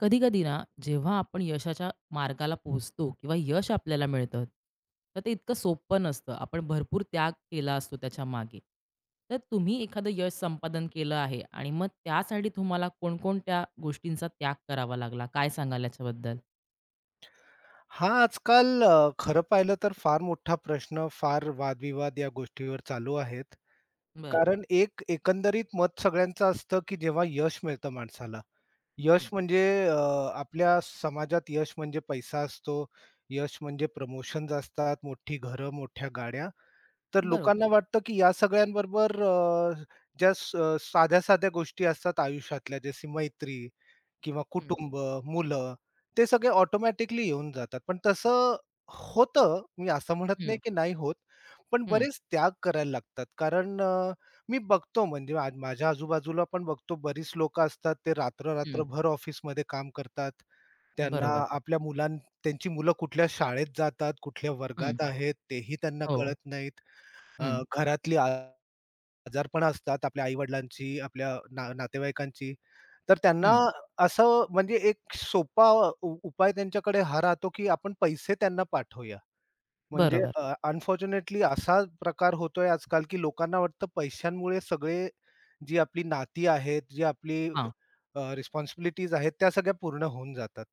कधी-कधी ना, जेव्हा आपण यशाच्या मार्गाला पोहोचतो किंवा यश आपल्याला मिळतं, तर ते इतकं सोपं नसतं. आपण भरपूर त्याग केला असतो त्याच्या मागे। तर तुम्ही एखादं यश संपादन केलं आहे आणि मग त्यासाठी तुम्हाला कोणकोणत्या गोष्टींचा त्याग करावा लागला? काय सांगाल याच्याबद्दल? हां, आजकाल खरं पाहिलं तर फार मोठा प्रश्न, फार वादविवाद या गोष्टीवर चालू आहेत. बरं. कारण एकंदरीत मत सगळ्यांचं असतं, की जेव्हा यश मिळतं माणसाला. यश हं. म्हणजे अ, आपल्या समाजात यश म्हणजे पैसा असतो. यश म्हणजे प्रमोशन्स असतात, मोठी घरं, मोठ्या गाड्या. तर बरोबर. लोकांना वाटतं, की या सगळ्यांबरोबर ज्या स साध्या-साध्या गोष्टी असतात आयुष्यातल्या, जशी मैत्री, किंवा हं, कुटुंब, मुलं ते सगळे ऑटोमॅटिकली येऊन जातात. पण तसं होतं, मी असं म्हणत हं, नाही की नाही होत. पण हं, बरेच त्याग करायला लागतात. कारण मी बघतो म्हणजे आज माझ्या आजूबाजूला पण बघतो बरीच लोकं असतात ते हं. रात्र-रात्रभर ऑफिसमध्ये काम करतात. त्यांना बरोबर. आपल्या मुलां त्यांची मुलं कुठल्या शाळेत जातात, कुठल्या हं. वर्गात आहेत तेही त्यांना हो. कळत नाहीत. हं, घरातली आ आजारपण असतात आपल्या आई-वडिलांची, आपल्या नातेवाईकांची. तर त्यांना हं. असं म्हणजे एक सोपा उपाय त्यांच्याकडे हा राहतो, की आपण पैसे त्यांना पाठवूया. म्हणजे बरोबर. अनफॉर्च्युनेटली असा प्रकार होतोय आजकाल, की लोकांना वाटतं पैशांमुळे सगळे जी आपली नाती आहेत, जी आपली हां. रिस्पॉन्सिबिलिटीज आहेत, त्या सगळ्या पूर्ण होऊन जातात.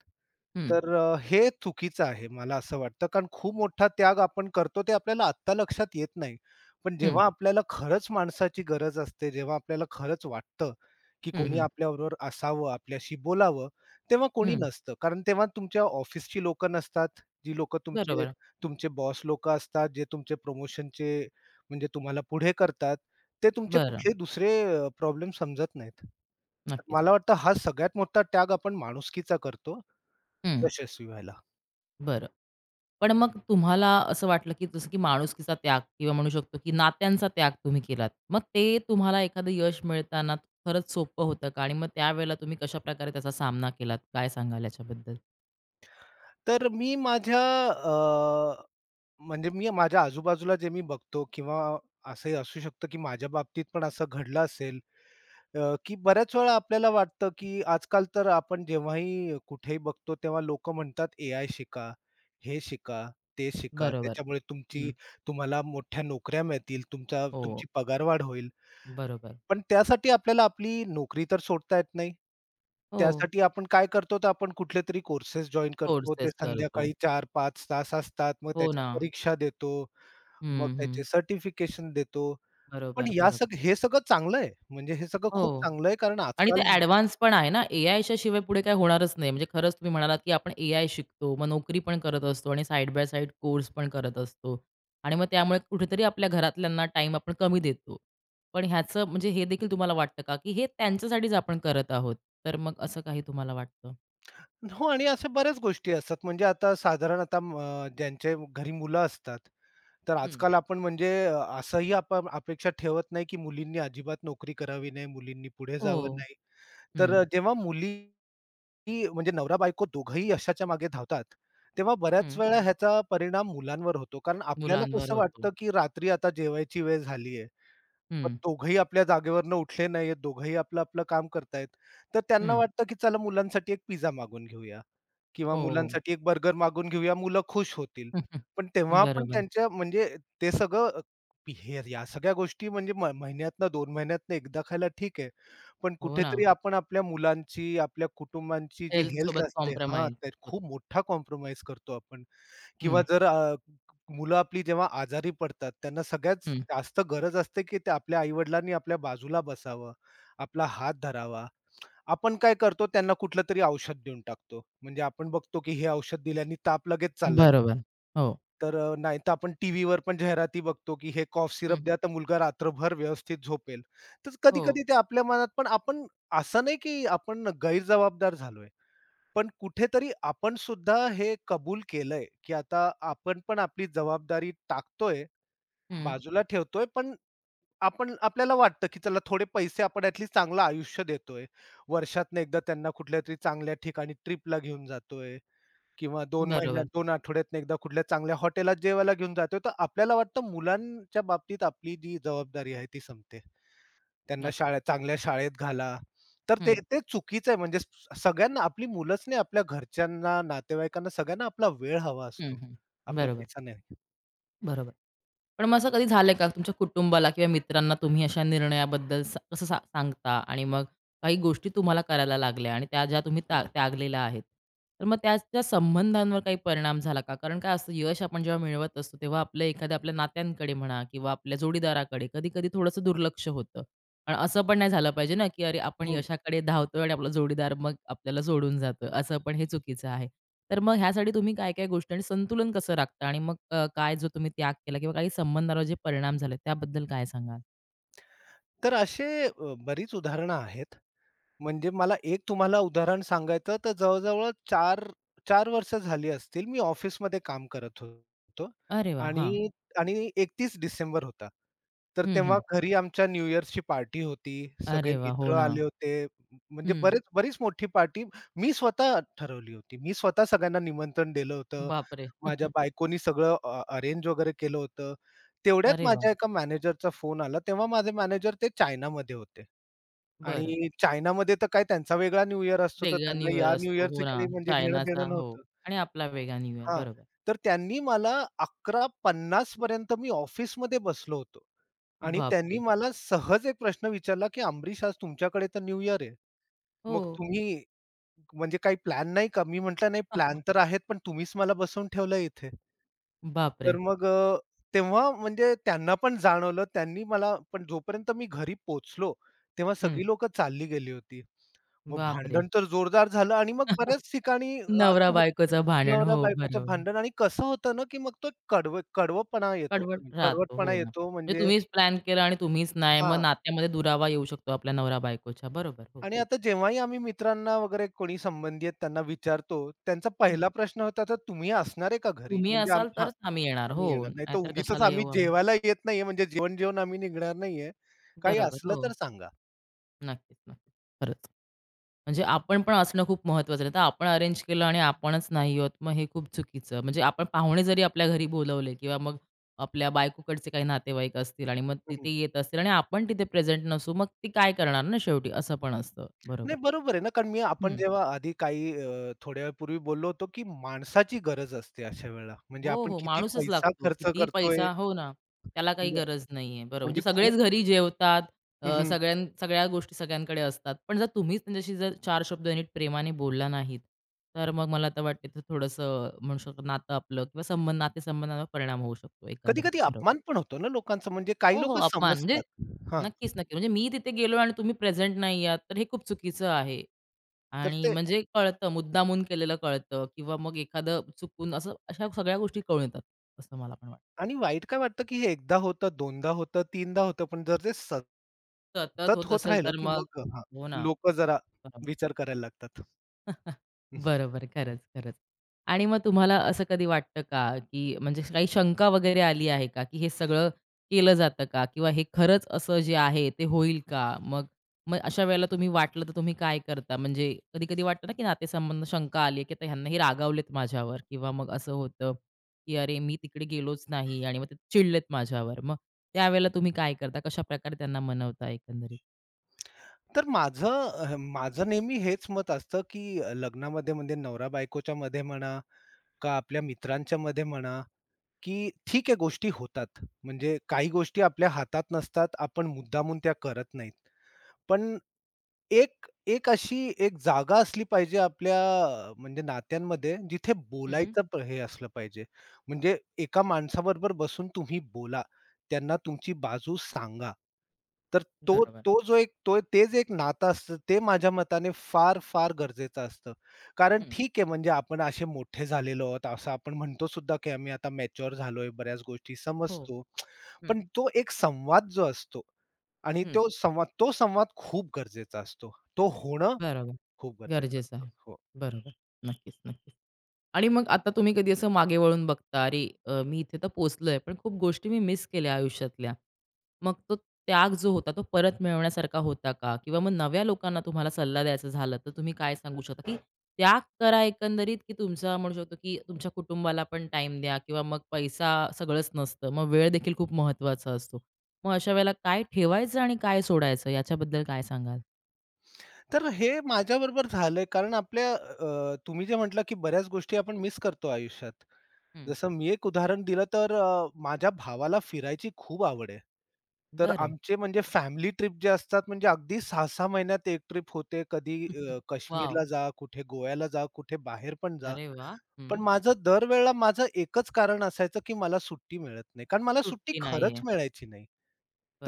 हं, तर हे चुकीचं आहे मला असं वाटतं, कारण खूप मोठा त्याग आपण करतो ते आपल्याला आत्ता लक्षात येत नाही. पण हं, जेव्हा आपल्याला खरंच माणसाची गरज असते, जेव्हा आपल्याला खरंच वाटतं, की हं, कोणी हं, आपल्याबरोबर असावं, आपल्याशी बोलावं, तेव्हा कोणी हं. नसतं. कारण तेव्हा तुमच्या ऑफिसची लोकं नसतात, जी लोकं तुमचे बरोबर. तुमचे बॉस लोकं असतात, जे तुमचे प्रमोशनचे म्हणजे तुम्हाला पुढे करतात, ते तुमचे बरं. कुठले दुसरे प्रॉब्लेम समजत नाहीत. तर नक्कीच. मला वाटतं हा सगळ्यात मोठा त्याग आपण माणुसकीचा करतो, हं. यशस्वी व्हायला. बरं. पण मग तुम्हाला असं वाटलं, की जसं की माणुसकीचा त्याग किंवा म्हणू शकतो, की नात्यांचा त्याग तुम्ही केलात. मग ते तुम्हाला एखादं यश मिळताना खरंच सोपं होतं का? आणि मग त्यावेळेला तुम्ही कशाप्रकारे त्याचा सामना केलात? काय सांगाल याच्याबद्दल? तर अ, म्हणजे मी माझ्या आजूबाजूला जे मी बघतो किंवा असंही असू शकतं, की माझ्या बाबतीत पण असं घडलं असेल, की बऱ्याच वेळा आपल्याला वाटतं, की आजकाल तर आपण जेव्हाही कुठेही बघतो, तेव्हा लोकं म्हणतात एआय शिका, हे शिका, ते शिका. बरोबर. त्याच्यामुळे हं. तुम्हाला मोठ्या नोकऱ्या मिळतील, हो. तुमची पगारवाढ होईल. बरोबर. पण त्यासाठी आपल्याला आपली नोकरी तर सोडता येत नाही. हो. त्यासाठी आपण काय करतो, तर आपण कुठलेतरी कोर्सेस जॉइन करतो. ते कोर्सेस करतो. संध्याकाळी 4-5 तास असतात. मग हो त्याच्या ना. परीक्षा देतो, मग हं, त्याचे हं. सर्टिफिकेशन देतो. पण बरोबर, या बरोबर. सग हे सगळं चांगलं आहे. म्हणजे हे सगळं खूप हो. चांगलं आहे कारण आणि ते आजकाल ॲडव्हान्स पण आहे ना, एआयच्या शिवाय पुढे काही होणारच नाही. म्हणजे खरंच तुम्ही म्हणालात, की आपण एआय शिकतो, मग नोकरी पण करत असतो आणि साइड बाय साइड कोर्स पण करत असतो आणि मग त्यामुळे कुठेतरी आपल्या घरातल्यांना टाइम आपण कमी देतो. पण ह्याचं म्हणजे हे देखील तुम्हाला वाटतं का, की हे त्यांच्यासाठीच आपण करत आहोत? तर मग असं काही तुम्हाला वाटतं? हो आणि अशा बऱ्याच गोष्टी असतात. म्हणजे आता साधारण आता ज्यांच्या घरी मुलं असतात, तर हं. आजकाल आपण म्हणजे असंही आपण अपेक्षा ठेवत नाही, की मुलींनी अजिबात नोकरी करावी नाही, मुलींनी पुढे जावं हो. नाही. हं. तर हं. जेव्हा मुली म्हणजे नवरा-बायको दोघंही यशाच्या मागे धावतात, तेव्हा बऱ्याच हं. वेळा ह्याचा परिणाम मुलांवर होतो. कारण आपल्याला मुलांवर कसं होतो. वाटतं, की रात्री आता जेवायची वेळ झाली आहे. पण हं. दोघंही आपल्या जागेवरनं उठले नाहीयेत, दोघंही आपलं-आपलं काम करतायत. तर त्यांना हं. वाटतं, की चला मुलांसाठी एक पिझ्झा मागवून घेऊया. किंवा हो, हो. मुलांसाठी एक बर्गर मागवून घेऊया, मुलं खुश होतील. पण तेव्हा बरोबर. त्यांच्या म्हणजे ते सगळं हे या सगळ्या गोष्टी म्हणजे महिन्यातनं 2 महिन्यातनं एकदा खायला ठीक आहे. पण हो ना. कुठेतरी आपण आपल्या मुलांची, आपल्या कुटुंबांची जी हेल्थ हेल्थसोबत असते हां, कॉम्प्रोमाईज त्यात होतं. खूप मोठा कॉम्प्रोमाईज करतो आपण किंवा हं. जर मुलं आपली जेव्हा आजारी पडतात, त्यांना सगळ्यात हं. जास्त गरज असते, की ते आपल्या आई-वडिलांनी आपल्या बाजूला बसावं, आपला हात धरावा. आपण काय करतो त्यांना कुठलं तरी औषध देऊन टाकतो. म्हणजे आपण बघतो की हे औषध दिल्याने ताप लगेच चालला जाईल. बरोबर. हो. तर नाहीतर आपण टीव्हीवर पण जाहिराती बघतो की हे कॉफ सिरप हं. द्या तर मुलगा रात्रभर व्यवस्थित झोपेल. तर हो. कधी-कधी ते आपल्या मनात पण आपण असं नाही की आपण गैरजबाबदार झालोय. पण कुठेतरी आपण सुद्धा हे कबूल केलंय की आता आपण पण आपली जबाबदारी टाकतोय, हं. बाजूला ठेवतोय पण आपण आपल्याला वाटतं, की चला थोडे पैसे आपण ॲट लिस्ट चांगलं आयुष्य देतोय. वर्षातनं एकदा त्यांना कुठल्यातरी चांगल्या ठिकाणी ट्रिपला घेऊन जातोय किंवा 2 महिन्यात बरोबर. 2 आठवड्यातनं एकदा कुठल्या चांगल्या हॉटेलात जेवायला घेऊन जातोय. तर आपल्याला वाटतं मुलांच्या बाबतीत आपली जी जबाबदारी आहे ती संपते. त्यांना नक्क शाळेत चांगल्या शाळेत घाला. तर ते हं. ते चुकीचं आहे. म्हणजे सगळ्यांना आपली मुलंच नाही, आपल्या घरच्यांना, नातेवाईकांना सगळ्यांना आपला वेळ हवा हं, असतो. हं. आपला बरोबर, पैसा नाही. बरोबर. पण मग असं कधी झालंय का तुमच्या कुटुंबाला किंवा मित्रांना तुम्ही अशा निर्णयाबद्दल स कसं सा सांगता आणि मग काही गोष्टी तुम्हाला करायला लागल्या आणि त्या ज्या तुम्ही त्या त्यागलेल्या आहेत. तर मग त्याच्या संबंधांवर काही परिणाम झाला का? कारण काय असतं यश आपण जेव्हा मिळवत असतो, तेव्हा आपलं एखाद्या आपल्या नात्यांकडे म्हणा किंवा आपल्या जोडीदाराकडे कधी-कधी थोडंसं दुर्लक्ष होतं. पण असं पण नाही झालं पाहिजे ना, की अरे आपण हं. यशाकडे धावतोय आणि आपला जोडीदार मग आपल्याला सोडून जातोय. असं पण हे चुकीचं आहे. तर मग ह्यासाठी तुम्ही काय-काय गोष्टी आणि संतुलन कसं राखता आणि मग काय जो तुम्ही त्याग केला किंवा काही संबंधावर जे परिणाम झाले त्याबद्दल काय सांगाल? तर असे बरीच उदाहरणं आहेत. म्हणजे मला एक तुम्हाला उदाहरण सांगायचं तर जवळ चार 4-4 वर्ष झाली असतील, मी ऑफिसमध्ये काम करत होतो अरे वाह! हां. आणि आणि 31 डिसेंबर होता. तर हं, तेव्हा हं. घरी आमच्या न्यू इयर्सची पार्टी होती. सगळे अरे वाह! हो मित्र ना. आले होते. म्हणजे हं. बरीच मोठी पार्टी मी स्वतः ठरवली होती. मी स्वतः सगळ्यांना निमंत्रण दिलं होतं. बापरे! माझ्या बायकोनी सगळं अरेंज वगैरे केलं होतं. तेवढ्यात अरे वाह! माझ्या एका मॅनेजरचा फोन आला. तेव्हा माझे मॅनेजर ते चायनामध्ये होते. बरं. आणि चायनामध्ये तर काय त्यांचा वेगळा न्यू इयर असतो, तर वेगळा न्यू त्यांना इयर या न्यू असतो. हो इयरचं ना. काही म्हणजे चायनाचा घेणं-देणं हो. नव्हतं. आणि आपला वेगळा न्यू इयर. हां. बरोबर. तर त्यांनी मला 11:50 पर्यंत मी ऑफिसमध्ये बसलो होतो. आणि त्यांनी बापरे! मला सहज एक प्रश्न विचारला, की "अमरीश, आज तुमच्याकडे तर न्यू इयर आहे. हो. मग तुम्ही म्हणजे काही प्लॅन नाही का? मी म्हटलं, "नाही प्लॅन तर आहेत, पण तुम्हीच मला बसवून ठेवलं इथे." बापरे! तर मग तेव्हा म्हणजे त्यांना पण जाणवलं. त्यांनी मला पण जोपर्यंत मी घरी पोचलो तेव्हा हं. सगळी लोकं चालली गेली होती. मग बापरे! भांडण तर जोरदार झालं आणि मग बऱ्याच ठिकाणी असं होतं नवरा-बायकोचं भांडण. हो, नवरा-बायकोचं बरोबर. भांडण आणि कसं होतं ना, की मग तो कडवपणा येतो. कडवट राहतो. कडवटपणा हो ना. येतो म्हणजे म्हणजे तुम्हीच प्लॅन केला आणि तुम्हीच नाही. मग हां. नात्यामध्ये दुरावा येऊ शकतो आपल्या नवरा-बायकोच्या. बरोबर. हो. आणि आता जेव्हाही आम्ही मित्रांना वगैरे कोणी संबंधी आहेत त्यांना विचारतो, त्यांचा हं. पहिला प्रश्न होता, "तर तुम्ही असणार आहे का घरी?" तुम्ही म्हणजे असाल हां, तरच आम्ही येणार. आम्ही हो. येणार नाही. तर नाहीतर उगीचच कशाला आम्ही येऊ आम्ही? जेवायला येत नाहीये म्हणजे जेवण जेवून आम्ही निघणार नाहीये. काही बरोबर. असलं तर हो. सांगा. नक्कीच, नक्कीच. खरंच. म्हणजे आपण पण असणं खूप महत्वाचं आहे. तर आपण अरेंज केलं आणि आपणच नाही आहोत, मग हे खूप चुकीचं. म्हणजे आपण पाहुणे जरी आपल्या घरी बोलावले किंवा मग आपल्या बायकोकडचे काही नातेवाईक असतील आणि मग हं, तिथे येत असतील आणि आपण तिथे प्रेझेंट नसू, मग ती काय करणार ना शेवटी? असं पण असतं. नाही बरोबर. बरोबर आहे ना, कारण आपण हं. जेव्हा आधी काही थोड्या वेळापूर्वी बोललो होतो, की माणसाची गरज असते अशा वेळेला. म्हणजे हो, आपण हो. किती माणूसच पैसा लागतो. खर्च कितीही करतोय पैसा हो ना. त्याला काही म्हणजे गरज नाहीये. बरोबर. म्हणजे म्हणजे खूप सगळेच घरी जेवतात. सगळ्या गोष्टी सगळ्यांकडे असतात. पण जर तुम्हीच त्यांच्याशी जर चार शब्द नीट प्रेमाने बोलला नाहीत, तर मग मला तर वाटते ते थोडंसं म्हणू शकतो नातं आपलं किंवा संबंध नातेसंबंधांवर परिणाम होऊ शकतो एकंदरीत. कधी-कधी बरोबर. अपमान पण होतो ना लोकांचा म्हणजे काही हो, हो. लोकं अपमान म्हणजे समजतात. हां, नक्कीच, नक्की. म्हणजे मी तिथे गेलो आणि तुम्ही प्रेझेंट नाही आहात, तर हे खूप चुकीचं आहे. तर आणि ते म्हणजे कळतं, मुद्दामून केलेलं कळतं किंवा मग एखादं चुकून असं अशा सगळ्या गोष्टी कळून येतात, असं मला पण वाटतं. आणि वाईट काय वाटतं, की हे एकदा होतं, दोनदा होतं, तीनदा होतं, पण जर ते सतत सतत होत होत असेल राहिलं, तर की मग मग हां, हो ना. लोकं जरा बरोबर. विचार करायला लागतात. हम्म. बरोबर. खरंच, खरंच. आणि मग तुम्हाला असं कधी वाटतं का, की म्हणजे काही शंका वगैरे आली आहे का, की हे सगळं केलं जातं का? किंवा हे खरंच असं जे आहे ते होईल का? मग मग अशा वेळेला तुम्ही वाटलं तर तुम्ही काय करता? म्हणजे कधी-कधी वाटतं ना, की नातेसंबंध शंका आली आहे, की आता ह्यांना हे रागावलेत माझ्यावर किंवा मग असं होतं, की अरे मी तिकडे गेलोच नाही आणि मग ते चिडलेत माझ्यावर. मग त्यावेळेला तुम्ही काय करता? कशाप्रकारे त्यांना मनवता एकंदरीत? तर माझं नेहमी हेच मत असतं, की लग्नामध्ये म्हणजे नवरा-बायकोच्या मध्ये म्हणा, का आपल्या मित्रांच्या मध्ये म्हणा, की ठीक आहे गोष्टी होतात. म्हणजे काही गोष्टी आपल्या हातात नसतात. आपण मुद्दामून त्या करत नाहीत. पण एक एक अशी एक जागा असली पाहिजे आपल्या म्हणजे नात्यांमध्ये जिथे हं. बोलायचं हे असलं पाहिजे. म्हणजे एका माणसाबरोबर बसून तुम्ही बोला. त्यांना तुमची बाजू सांगा. तर तो बरोबर. तो जो एक तो ते जे एक नातं असतं ते माझ्या मताने फार, फार गरजेचं असतं. कारण हं. ठीक आहे म्हणजे आपण असे मोठे झालेलो आहोत असं आपण म्हणतो सुद्धा, की आम्ही आता मॅच्युअर झालोय, बऱ्याच गोष्टी हो. समजतो. हं, पण तो एक संवाद जो असतो आणि हं. तो संवाद खूप गरजेचा असतो. तो होणं बरोबर. खूप गरजेचं गरजेचं असतं. आहे. हो. बरोबर. नक्कीच, नक्कीच. आणि मग आता तुम्ही कधी असं मागे वळून बघता, "अरे, मी इथे तर पोहोचलोय, पण खूप गोष्टी मी मिस केल्या आयुष्यातल्या." मग तो त्याग जो होता, तो परत मिळवण्यासारखा होता का? किंवा मग नव्या लोकांना तुम्हाला सल्ला द्यायचा झाला, तर तुम्ही काय सांगू शकता, की त्याग करा एकंदरीत, की तुमचा म्हणू शकतो, की तुमच्या कुटुंबाला पण टाईम द्या किंवा मग पैसा सगळंच नसतं. मग वेळ देखील खूप महत्त्वाचा असतो. मग अशा वेळेला काय ठेवायचं आणि काय सोडायचं, याच्याबद्दल काय सांगाल? तर हे माझ्याबरोबर झालंय कारण आपल्या तुम्ही जे म्हटलं, की बऱ्याच गोष्टी आपण मिस करतो आयुष्यात. हं. जसं मी एक उदाहरण दिलं तर माझ्या भावाला फिरायची खूप आवड आहे. तर बरं. आमचे म्हणजे फॅमिली ट्रिप जे असतात म्हणजे अगदी 6-6 महिन्यात एक ट्रिप होते. कधी हं, हं. वॉव! काश्मीरला जा, कुठे गोव्याला जा, कुठे बाहेर पण जा. अरे वाह! हं. पण माझं दरवेळेला माझं एकच कारण असायचं, की मला सुट्टी मिळत नाही. कारण मला सुट्टी सुट्टी खरंच नाहीये. मिळायची नाही.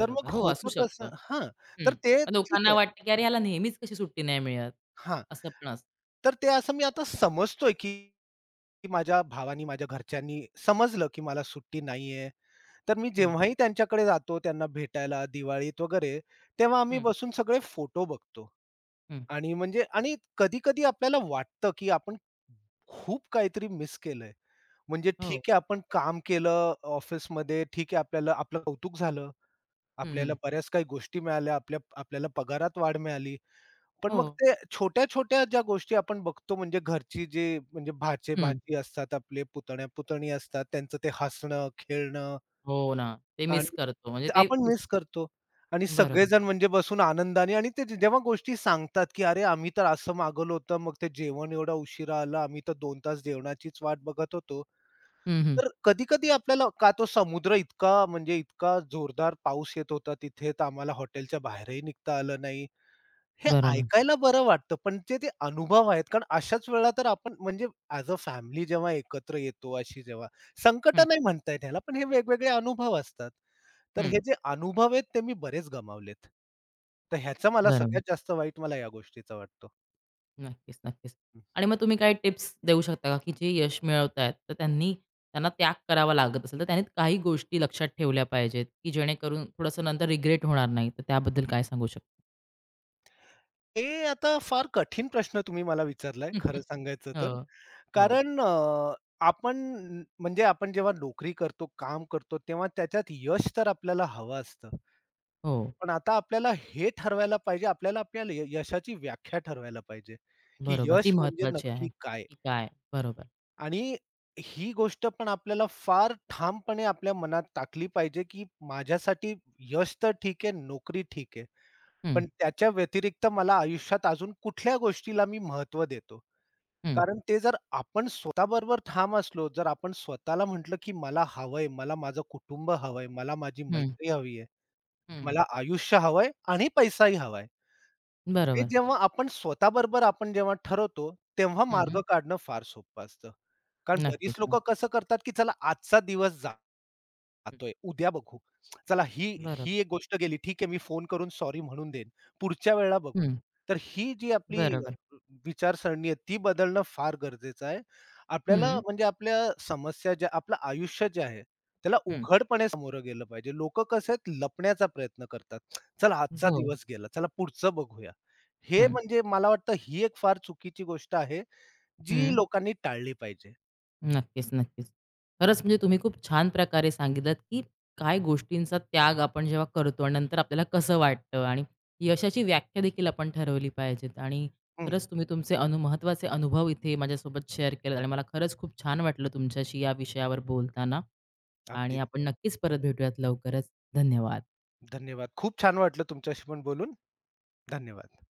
तर मग हो, असू होतं शकतं. कसं हां, हं. तर ते मग ठीक लोकांना आहे. वाटतं, की "अरे, ह्याला नेहमीच कशी सुट्टी नाही मिळत?" हां, असं पण असतं. तर ते असं मी आता समजतोय, की की माझ्या भावानी, माझ्या घरच्यांनी समजलं, की मला सुट्टी नाहीये. तर मी हं, जेव्हाही त्यांच्याकडे जातो त्यांना भेटायला दिवाळीत वगैरे, तेव्हा आम्ही हं, बसून सगळे फोटो बघतो. हं. आणि म्हणजे आणि कधी-कधी आपल्याला वाटतं, की आपण खूप काहीतरी मिस केलंय. म्हणजे हो. ठीक आहे आपण काम केलं ऑफिसमध्ये, ठीक आहे आपल्याला आपलं कौतुक झालं, हं, हं. आपल्याला बऱ्याच काही गोष्टी मिळाल्या, आपल्याला पगारात वाढ मिळाली. पण हो. मग ते छोट्या-छोट्या ज्या गोष्टी आपण बघतो म्हणजे घरची जे म्हणजे हं. भाचे-भाची असतात, आपले पुतण्या-पुतणी असतात, त्यांचं ते हसणं, खेळणं हो ना. ते मिस आणि करतो. म्हणजे ते ते आपण मिस करतो आणि बरोबर. सगळेजण म्हणजे बसून आनंदाने आणि ते जेव्हा गोष्टी सांगतात, की "अरे, आम्ही तर असं मागवलं होतं, मग ते जेवण एवढा उशिरा आलं, आम्ही तर 2 तास जेवणाचीच वाट बघत होतो." हं, हं. तर कधी-कधी आपल्याला का तो समुद्र इतका म्हणजे इतका जोरदार पाऊस येत होता तिथे, तर आम्हाला हॉटेलच्या बाहेरही निघता आलं नाही. हे बरोबर. ऐकायला बरं वाटतं, पण जे ते अनुभव आहेत कारण अशाच वेळा तर आपण म्हणजे ॲज अ फॅमिली जेव्हा एकत्र येतो, अशी जेव्हा हं, संकटं नाही म्हणता येत ह्याला, पण हे वेगवेगळे अनुभव असतात. तर हं. हे जे अनुभव आहेत ते मी बरेच गमावलेत. तर ह्याचा मला बरोबर. सगळ्यात जास्त वाईट मला या गोष्टीचा वाटतो. नक्कीच, नक्कीच. हं. आणि मग तुम्ही काही टिप्स देऊ शकता का, की जे यश मिळवत आहेत, तर त्यांनी त्यांना त्याग करावा लागत असेल, तर त्यांनी काही गोष्टी लक्षात ठेवल्या पाहिजेत, की जेणेकरून थोडंसं नंतर रिग्रेट होणार नाही, तर त्याबद्दल काय सांगू शकता? हे आता फार कठीण प्रश्न तुम्ही मला विचारलाय खरं सांगायचं तर. हो, हो, कारण आपण आपण जेव्हा नोकरी करतो, काम करतो तेव्हा त्याच्यात यश तर आपल्याला हवं असतं. हो. पण आता आपल्याला हे ठरवायला पाहिजे, आपल्याला आपल्या यशाची व्याख्या ठरवायला पाहिजे, की बरोबर. ती यश म्हणजे महत्त्वाची आहे, नक्की काय? की काय? बरोबर. आणि ही गोष्ट पण आपल्याला फार ठामपणे आपल्या मनात टाकली पाहिजे, की माझ्यासाठी यश तर ठीक आहे, नोकरी ठीक आहे. हं, पण त्याच्या व्यतिरिक्त मला आयुष्यात अजून कुठल्या गोष्टीला मी महत्व देतो? हं, कारण ते जर आपण स्वतःबरोबर ठाम असलो, जर आपण स्वतःला म्हटलं, की मला हवंय, मला माझं कुटुंब हवंय, मला माझी हं, मैत्री हवी आहे, हं. मला आयुष्य हवंय आणि पैसाही हवाय. ते बरोबर. जेव्हा आपण स्वतःबरोबर आपण जेव्हा ठरवतो, तेव्हा हं. मार्ग काढणं फार सोपं असतं. कारण बरीच नक्कीच, लोकं कसं करतात, की चला आजचा दिवस नक्कीच. जातोय, उद्या बघू. चला ही बरोबर. ही एक गोष्ट गेली, ठीक आहे मी फोन करून सॉरी म्हणून देईन. पुढच्या वेळेला बघू. हं. तर ही जी आपली बरोबर. विचारसरणी आहे ती बदलणं फार गरजेचं आहे. हं, आपल्या समस्या ज्या आपलं आयुष्य जे आहे, त्याला हं. उघडपणे सामोरं गेलं पाहिजे. लोकं कसे आहेत लपण्याचा प्रयत्न करतात. चला आजचा हो. दिवस गेला, चला पुढचं बघूया. हे हं, म्हणजे मला वाटतं ही एक फार चुकीची गोष्ट आहे, जी हं. लोकांनी टाळली पाहिजे. नक्कीच, नक्कीच. खरंच म्हणजे तुम्ही खूप छान प्रकारे सांगितलत, की काय गोष्टींचा त्याग आपण जेव्हा करतो आणि नंतर आपल्याला कसं वाटतं आणि यशाची व्याख्या देखील आपण ठरवली पाहिजेत आणि हं, खरंच तुम्ही तुमचे महत्त्वाचे अनुभव इथे माझ्यासोबत शेअर केलेत आणि मला खरंच खूप छान वाटलं तुमच्याशी या विषयावर बोलताना आणि अगदीच. आपण नक्कीच परत भेटूयात लवकरच. धन्यवाद. धन्यवाद. खूप छान वाटलं तुमच्याशी पण बोलून. धन्यवाद.